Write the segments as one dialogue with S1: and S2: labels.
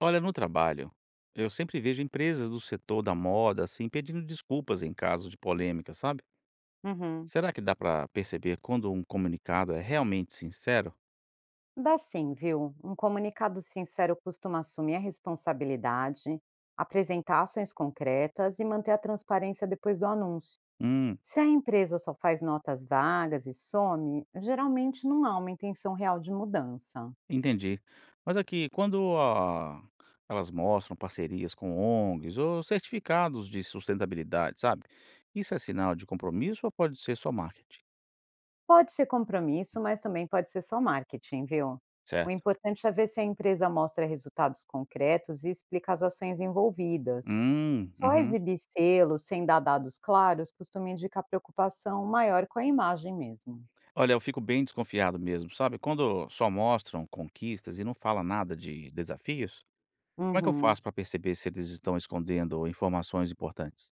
S1: Olha, no trabalho, eu sempre vejo empresas do setor da moda assim pedindo desculpas em caso de polêmica, sabe?
S2: Uhum.
S1: Será que dá pra perceber quando um comunicado é realmente sincero?
S2: Dá sim, viu? Um comunicado sincero costuma assumir a responsabilidade, apresentar ações concretas e manter a transparência depois do anúncio.
S1: Hum,
S2: Se a empresa só faz notas vagas e some, geralmente não há uma intenção real de mudança.
S1: entendi. Mas aqui, quando elas mostram parcerias com ONGs ou certificados de sustentabilidade, sabe? Isso é sinal de compromisso ou pode ser só marketing?
S2: Pode ser compromisso, mas também pode ser só marketing, viu? O
S1: Certo.
S2: importante é ver se a empresa mostra resultados concretos e explica as ações envolvidas. Só
S1: Uhum.
S2: exibir selos sem dar dados claros costuma indicar preocupação maior com a imagem mesmo.
S1: Olha, eu fico bem desconfiado mesmo, sabe? Quando só mostram conquistas e não fala nada de desafios. Como é que eu
S2: Uhum.
S1: faço para perceber se eles estão escondendo informações importantes?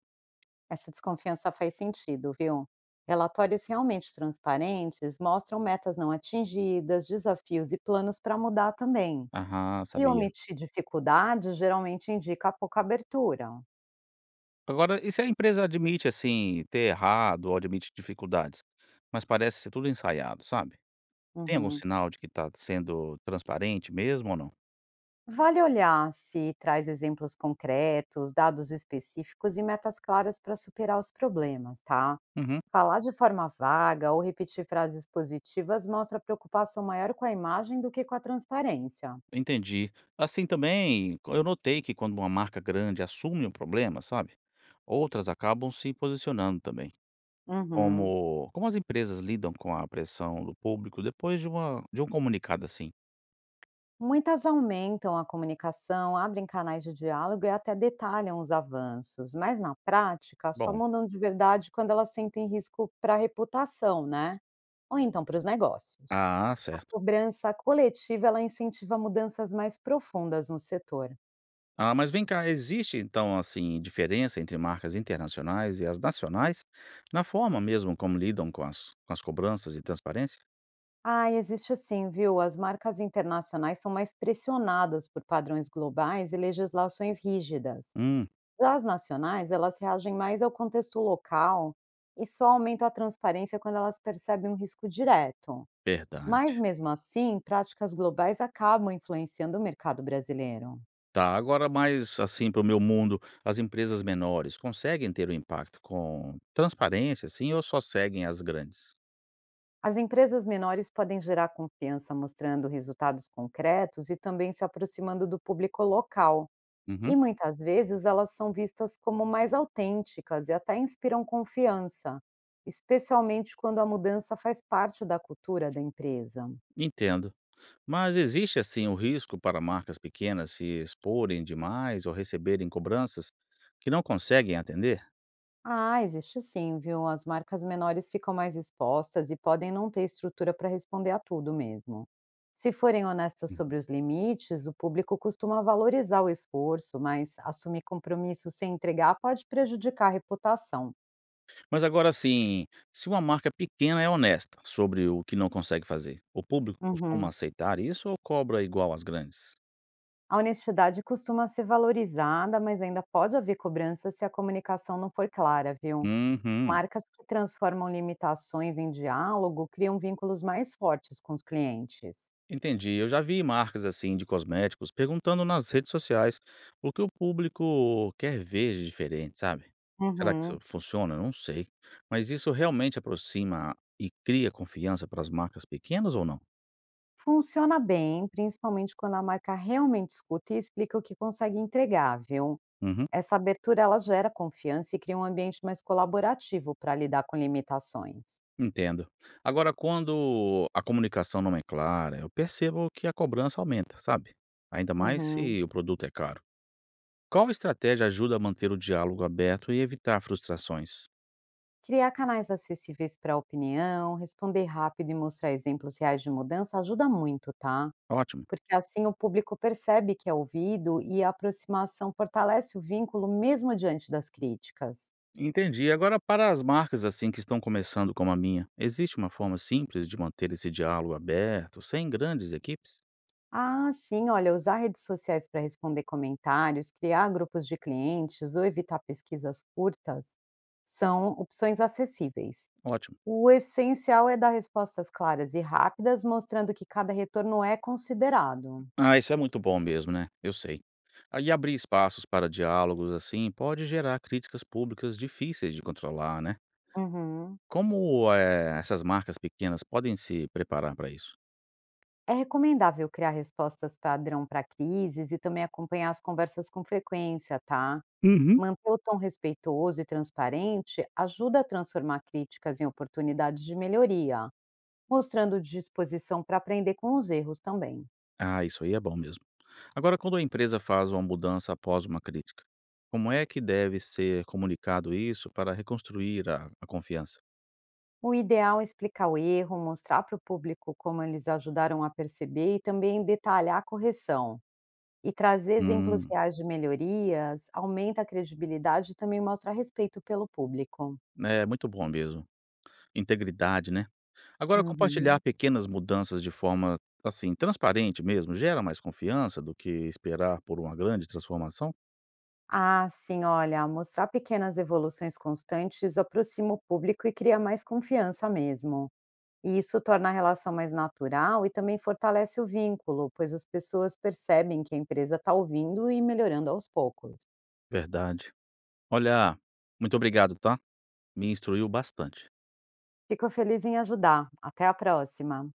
S2: Essa desconfiança faz sentido, viu? Relatórios realmente transparentes mostram metas não atingidas, desafios e planos para mudar também.
S1: Aham,
S2: E
S1: sabia.
S2: omitir dificuldades geralmente indica pouca abertura.
S1: Agora, e se a empresa admite, assim, ter errado ou admite dificuldades, mas parece ser tudo ensaiado, sabe? Tem algum
S2: Uhum.
S1: sinal de que está sendo transparente mesmo ou não?
S2: Vale olhar se traz exemplos concretos, dados específicos e metas claras para superar os problemas, tá?
S1: Uhum,
S2: Falar de forma vaga ou repetir frases positivas mostra preocupação maior com a imagem do que com a transparência.
S1: entendi. Assim também, eu notei que quando uma marca grande assume um problema, sabe? Outras acabam se posicionando também.
S2: Uhum.
S1: Como, como as empresas lidam com a pressão do público depois de, de um comunicado assim?
S2: Muitas aumentam a comunicação, abrem canais de diálogo e até detalham os avanços, mas na prática só
S1: Bom,
S2: mudam de verdade quando elas sentem risco para a reputação, né? Ou então para os negócios. A
S1: certo.
S2: cobrança coletiva, ela incentiva mudanças mais profundas no setor.
S1: Ah, mas vem cá, existe então, assim, diferença entre marcas internacionais e as nacionais, na forma mesmo como lidam com as cobranças e transparência?
S2: Ah, existe sim, viu? As marcas internacionais são mais pressionadas por padrões globais e legislações rígidas.
S1: Hum,
S2: Já as nacionais, elas reagem mais ao contexto local e só aumentam a transparência quando elas percebem um risco direto. Mas
S1: verdade.
S2: mesmo assim, práticas globais acabam influenciando o mercado brasileiro.
S1: Tá, agora mais assim para o meu mundo, as empresas menores conseguem ter um impacto com transparência, assim, ou só seguem as grandes?
S2: As empresas menores podem gerar confiança mostrando resultados concretos e também se aproximando do público local.
S1: Uhum,
S2: E muitas vezes elas são vistas como mais autênticas e até inspiram confiança, especialmente quando a mudança faz parte da cultura da empresa.
S1: entendo. Mas existe assim o risco para marcas pequenas se exporem demais ou receberem cobranças que não conseguem atender?
S2: Ah, existe sim, viu? As marcas menores ficam mais expostas e podem não ter estrutura para responder a tudo mesmo. Se forem honestas sobre os limites, o público costuma valorizar o esforço, mas assumir compromisso sem entregar pode prejudicar a reputação.
S1: Mas agora assim, se uma marca pequena é honesta sobre o que não consegue fazer, o público costuma
S2: Uhum.
S1: aceitar isso ou cobra igual às grandes?
S2: A honestidade costuma ser valorizada, mas ainda pode haver cobrança se a comunicação não for clara, viu?
S1: Uhum,
S2: Marcas que transformam limitações em diálogo criam vínculos mais fortes com os clientes.
S1: entendi. Eu já vi marcas assim de cosméticos perguntando nas redes sociais o que o público quer ver de diferente, sabe? Será que isso
S2: Uhum.
S1: funciona? Não sei. Mas isso realmente aproxima e cria confiança para as marcas pequenas ou não?
S2: Funciona bem, principalmente quando a marca realmente escuta e explica o que consegue entregar, viu?
S1: Uhum.
S2: Essa abertura ela gera confiança e cria um ambiente mais colaborativo para lidar com limitações.
S1: Entendo. Agora, quando a comunicação não é clara, eu percebo que a cobrança aumenta, sabe? Ainda mais
S2: Uhum.
S1: se o produto é caro. Qual estratégia ajuda a manter o diálogo aberto e evitar frustrações?
S2: Criar canais acessíveis para a opinião, responder rápido e mostrar exemplos reais de mudança ajuda muito, tá?
S1: Ótimo.
S2: Porque assim o público percebe que é ouvido e a aproximação fortalece o vínculo mesmo diante das críticas.
S1: Entendi. Agora, para as marcas assim que estão começando como a minha, existe uma forma simples de manter esse diálogo aberto, sem grandes equipes?
S2: Ah, sim, olha, usar redes sociais para responder comentários, criar grupos de clientes ou evitar pesquisas curtas são opções acessíveis.
S1: Ótimo.
S2: O essencial é dar respostas claras e rápidas, mostrando que cada retorno é considerado.
S1: Ah, isso é muito bom mesmo, né? Eu sei. Aí abrir espaços para diálogos assim pode gerar críticas públicas difíceis de controlar, né?
S2: Uhum.
S1: Como, essas marcas pequenas podem se preparar para isso?
S2: É recomendável criar respostas padrão para crises e também acompanhar as conversas com frequência, tá?
S1: Uhum.
S2: Manter o tom respeitoso e transparente ajuda a transformar críticas em oportunidades de melhoria. Mostrando disposição para aprender com os erros também.
S1: Ah, isso aí é bom mesmo. Agora, quando a empresa faz uma mudança após uma crítica, como é que deve ser comunicado isso para reconstruir a confiança?
S2: O ideal é explicar o erro, mostrar para o público como eles ajudaram a perceber e também detalhar a correção. E trazer exemplos
S1: Hum,
S2: reais de melhorias aumenta a credibilidade e também mostra respeito pelo público.
S1: é muito bom mesmo. Integridade, né. Agora, compartilhar
S2: Uhum.
S1: pequenas mudanças de forma, assim, transparente mesmo, gera mais confiança do que esperar por uma grande transformação?
S2: Ah, sim, olha, mostrar pequenas evoluções constantes aproxima o público e cria mais confiança mesmo. E isso torna a relação mais natural e também fortalece o vínculo, pois as pessoas percebem que a empresa está ouvindo e melhorando aos poucos.
S1: Verdade. Olha, muito obrigado, tá. Me instruiu bastante.
S2: Fico feliz em ajudar. Até a próxima!